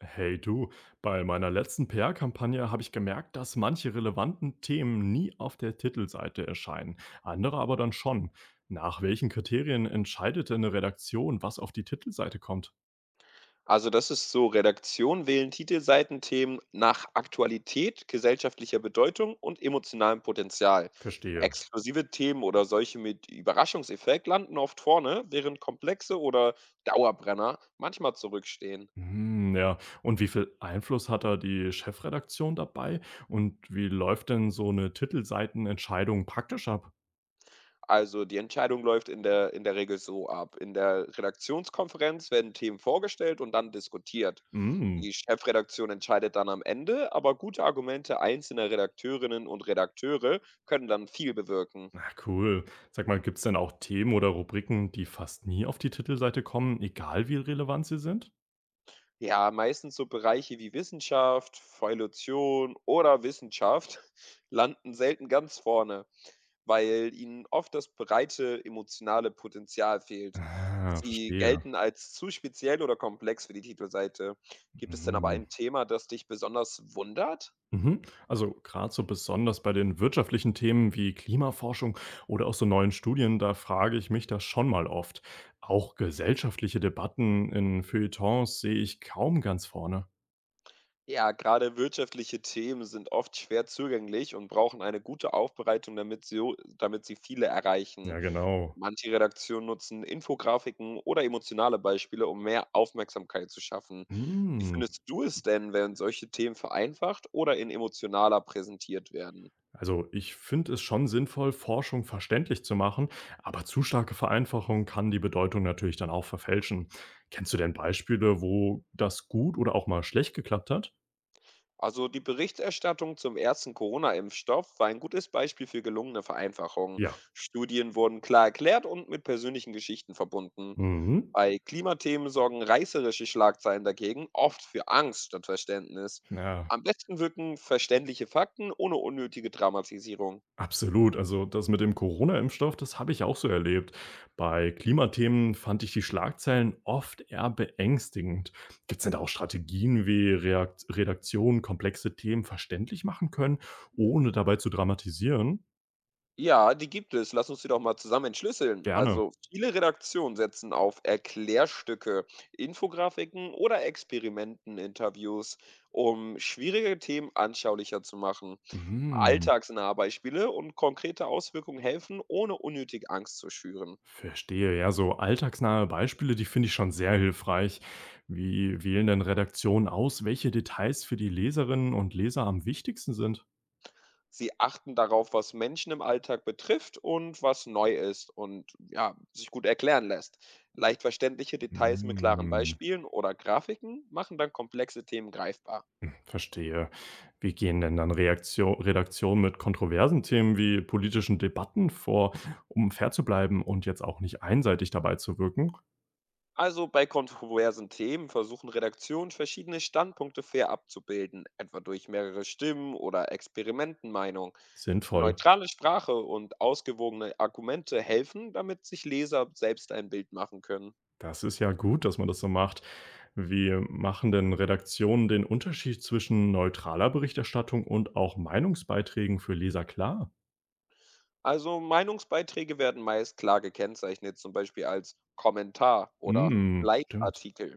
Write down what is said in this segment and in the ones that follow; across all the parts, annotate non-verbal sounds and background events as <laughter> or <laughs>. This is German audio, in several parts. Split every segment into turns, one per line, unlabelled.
Hey du, bei meiner letzten PR-Kampagne habe ich gemerkt, dass manche relevanten Themen nie auf der Titelseite erscheinen, andere aber dann schon. Nach welchen Kriterien entscheidet denn eine Redaktion, was auf die Titelseite kommt?
Also das ist so, Redaktion wählen Titelseitenthemen nach Aktualität, gesellschaftlicher Bedeutung und emotionalem Potenzial.
Verstehe.
Exklusive Themen oder solche mit Überraschungseffekt landen oft vorne, während komplexe oder Dauerbrenner manchmal zurückstehen.
Hm, ja, und wie viel Einfluss hat da die Chefredaktion dabei? Und wie läuft denn so eine Titelseitenentscheidung praktisch ab?
Also die Entscheidung läuft in der Regel so ab. In der Redaktionskonferenz werden Themen vorgestellt und dann diskutiert.
Hm,
Die Chefredaktion entscheidet dann am Ende, aber gute Argumente einzelner Redakteurinnen und Redakteure können dann viel bewirken.
na cool. Sag mal, gibt es denn auch Themen oder Rubriken, die fast nie auf die Titelseite kommen, egal wie relevant sie sind?
Ja, meistens so Bereiche wie Wissenschaft, Evolution oder Wissenschaft <laughs> landen selten ganz vorne, weil ihnen oft das breite emotionale Potenzial fehlt.
Ah,
Sie
verstehe.
gelten als zu speziell oder komplex für die Titelseite. Gibt es denn aber
Mhm.
ein Thema, das dich besonders wundert?
Mhm. Also gerade so besonders bei den wirtschaftlichen Themen wie Klimaforschung oder auch so neuen Studien, da frage ich mich das schon mal oft. Auch gesellschaftliche Debatten in Feuilletons sehe ich kaum ganz vorne.
Ja, gerade wirtschaftliche Themen sind oft schwer zugänglich und brauchen eine gute Aufbereitung, damit sie viele erreichen.
Ja, genau.
Manche Redaktionen nutzen Infografiken oder emotionale Beispiele, um mehr Aufmerksamkeit zu schaffen. Wie
Hm.
findest du es denn, wenn solche Themen vereinfacht oder in emotionaler präsentiert werden?
Also ich finde es schon sinnvoll, Forschung verständlich zu machen, aber zu starke Vereinfachung kann die Bedeutung natürlich dann auch verfälschen. Kennst du denn Beispiele, wo das gut oder auch mal schlecht geklappt hat?
Also die Berichterstattung zum ersten Corona-Impfstoff war ein gutes Beispiel für gelungene Vereinfachung.
Ja.
Studien wurden klar erklärt und mit persönlichen Geschichten verbunden.
Mhm.
Bei Klimathemen sorgen reißerische Schlagzeilen dagegen oft für Angst statt Verständnis.
Ja,
Am besten wirken verständliche Fakten ohne unnötige Dramatisierung.
absolut. Also das mit dem Corona-Impfstoff, das habe ich auch so erlebt. Bei Klimathemen fand ich die Schlagzeilen oft eher beängstigend. Gibt es denn da auch Strategien, wie Reakt Redaktionen komplexe Themen verständlich machen können, ohne dabei zu dramatisieren?
Ja, die gibt es. Lass uns die doch mal zusammen entschlüsseln.
Gerne.
Also viele Redaktionen setzen auf Erklärstücke, Infografiken oder Experimenten-Interviews, um schwierige Themen anschaulicher zu machen.
Mhm,
Alltagsnahe Beispiele und konkrete Auswirkungen helfen, ohne unnötig Angst zu schüren.
verstehe. Ja, so alltagsnahe Beispiele, die finde ich schon sehr hilfreich. Wie wählen denn Redaktionen aus, welche Details für die Leserinnen und Leser am wichtigsten sind?
Sie achten darauf, was Menschen im Alltag betrifft und was neu ist und ja, sich gut erklären lässt. Leicht verständliche Details mit klaren
Mhm.
Beispielen oder Grafiken machen dann komplexe Themen greifbar.
Verstehe. Wie gehen denn dann Reaktio Redaktionen mit kontroversen Themen wie politischen Debatten vor, um fair zu bleiben und jetzt auch nicht einseitig dabei zu wirken?
Also bei kontroversen Themen versuchen Redaktionen verschiedene Standpunkte fair abzubilden, etwa durch mehrere Stimmen oder Experimentenmeinung.
Sinnvoll.
Neutrale Sprache und ausgewogene Argumente helfen, damit sich Leser selbst ein Bild machen können.
Das ist ja gut, dass man das so macht. Wie machen denn Redaktionen den Unterschied zwischen neutraler Berichterstattung und auch Meinungsbeiträgen für Leser klar?
Also Meinungsbeiträge werden meist klar gekennzeichnet, zum Beispiel als Kommentar oder
Mm, stimmt.
Leitartikel.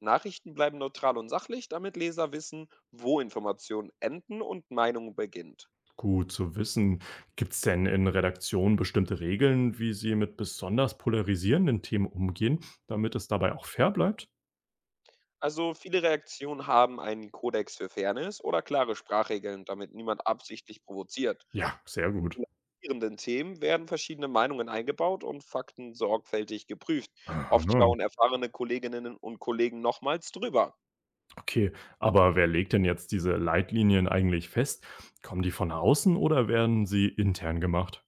Nachrichten bleiben neutral und sachlich, damit Leser wissen, wo Informationen enden und Meinung beginnt.
Gut zu wissen. Gibt es denn in Redaktionen bestimmte Regeln, wie sie mit besonders polarisierenden Themen umgehen, damit es dabei auch fair bleibt?
Also viele Reaktionen haben einen Kodex für Fairness oder klare Sprachregeln, damit niemand absichtlich provoziert.
Ja, sehr gut.
In agierenden Themen werden verschiedene Meinungen eingebaut und Fakten sorgfältig geprüft.
Aha,
Oft schauen erfahrene Kolleginnen und Kollegen nochmals drüber.
okay. Aber wer legt denn jetzt diese Leitlinien eigentlich fest? Kommen die von außen oder werden sie intern gemacht?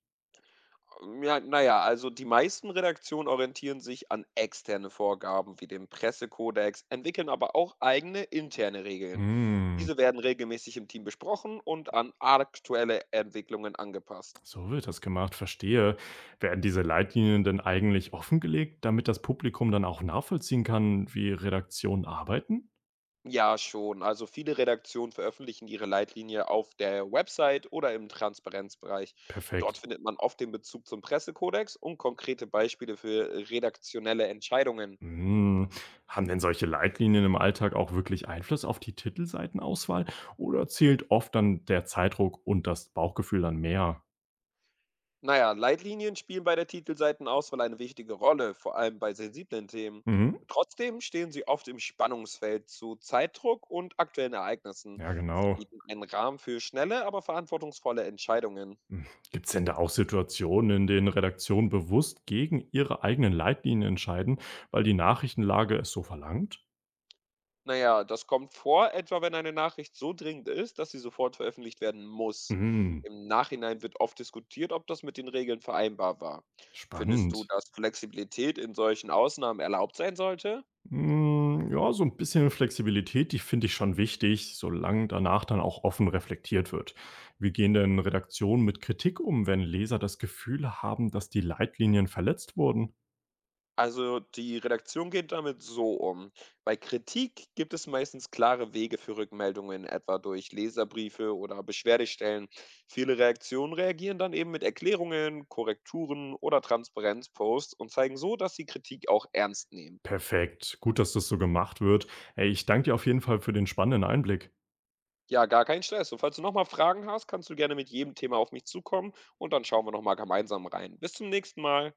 Ja, naja, also die meisten Redaktionen orientieren sich an externe Vorgaben wie dem Pressekodex, entwickeln aber auch eigene interne Regeln.
Hm,
Diese werden regelmäßig im Team besprochen und an aktuelle Entwicklungen angepasst.
so wird das gemacht, verstehe. Werden diese Leitlinien denn eigentlich offengelegt, damit das Publikum dann auch nachvollziehen kann, wie Redaktionen arbeiten?
Ja, schon. Also viele Redaktionen veröffentlichen ihre Leitlinie auf der Website oder im Transparenzbereich. Dort
Perfekt.
findet man oft den Bezug zum Pressekodex und konkrete Beispiele für redaktionelle Entscheidungen.
Hm, haben denn solche Leitlinien im Alltag auch wirklich Einfluss auf die Titelseitenauswahl oder zählt oft dann der Zeitdruck und das Bauchgefühl dann mehr?
Naja, Leitlinien spielen bei der Titelseitenauswahl eine wichtige Rolle, vor allem bei sensiblen Themen.
Mhm.
Trotzdem stehen sie oft im Spannungsfeld zu Zeitdruck und aktuellen Ereignissen.
Ja,
Sie
genau.
bieten einen Rahmen für schnelle, aber verantwortungsvolle Entscheidungen.
Gibt es denn da auch Situationen, in denen Redaktionen bewusst gegen ihre eigenen Leitlinien entscheiden, weil die Nachrichtenlage es so verlangt?
Naja, das kommt vor, etwa wenn eine Nachricht so dringend ist, dass sie sofort veröffentlicht werden muss.
Hm,
Im Nachhinein wird oft diskutiert, ob das mit den Regeln vereinbar war. Findest
spannend.
du, dass Flexibilität in solchen Ausnahmen erlaubt sein sollte?
Hm, ja, so ein bisschen Flexibilität, die finde ich schon wichtig, solange danach dann auch offen reflektiert wird. Wie gehen denn Redaktionen mit Kritik um, wenn Leser das Gefühl haben, dass die Leitlinien verletzt wurden?
Also die Redaktion geht damit so um. Bei Kritik gibt es meistens klare Wege für Rückmeldungen, etwa durch Leserbriefe oder Beschwerdestellen. Viele Reaktionen reagieren dann eben mit Erklärungen, Korrekturen oder Transparenzposts und zeigen so, dass sie Kritik auch ernst nehmen.
Perfekt, gut, dass das so gemacht wird. Ey, ich danke dir auf jeden Fall für den spannenden Einblick.
Ja, gar kein Stress. Und falls du nochmal Fragen hast, kannst du gerne mit jedem Thema auf mich zukommen und dann schauen wir nochmal gemeinsam rein. Bis zum nächsten Mal.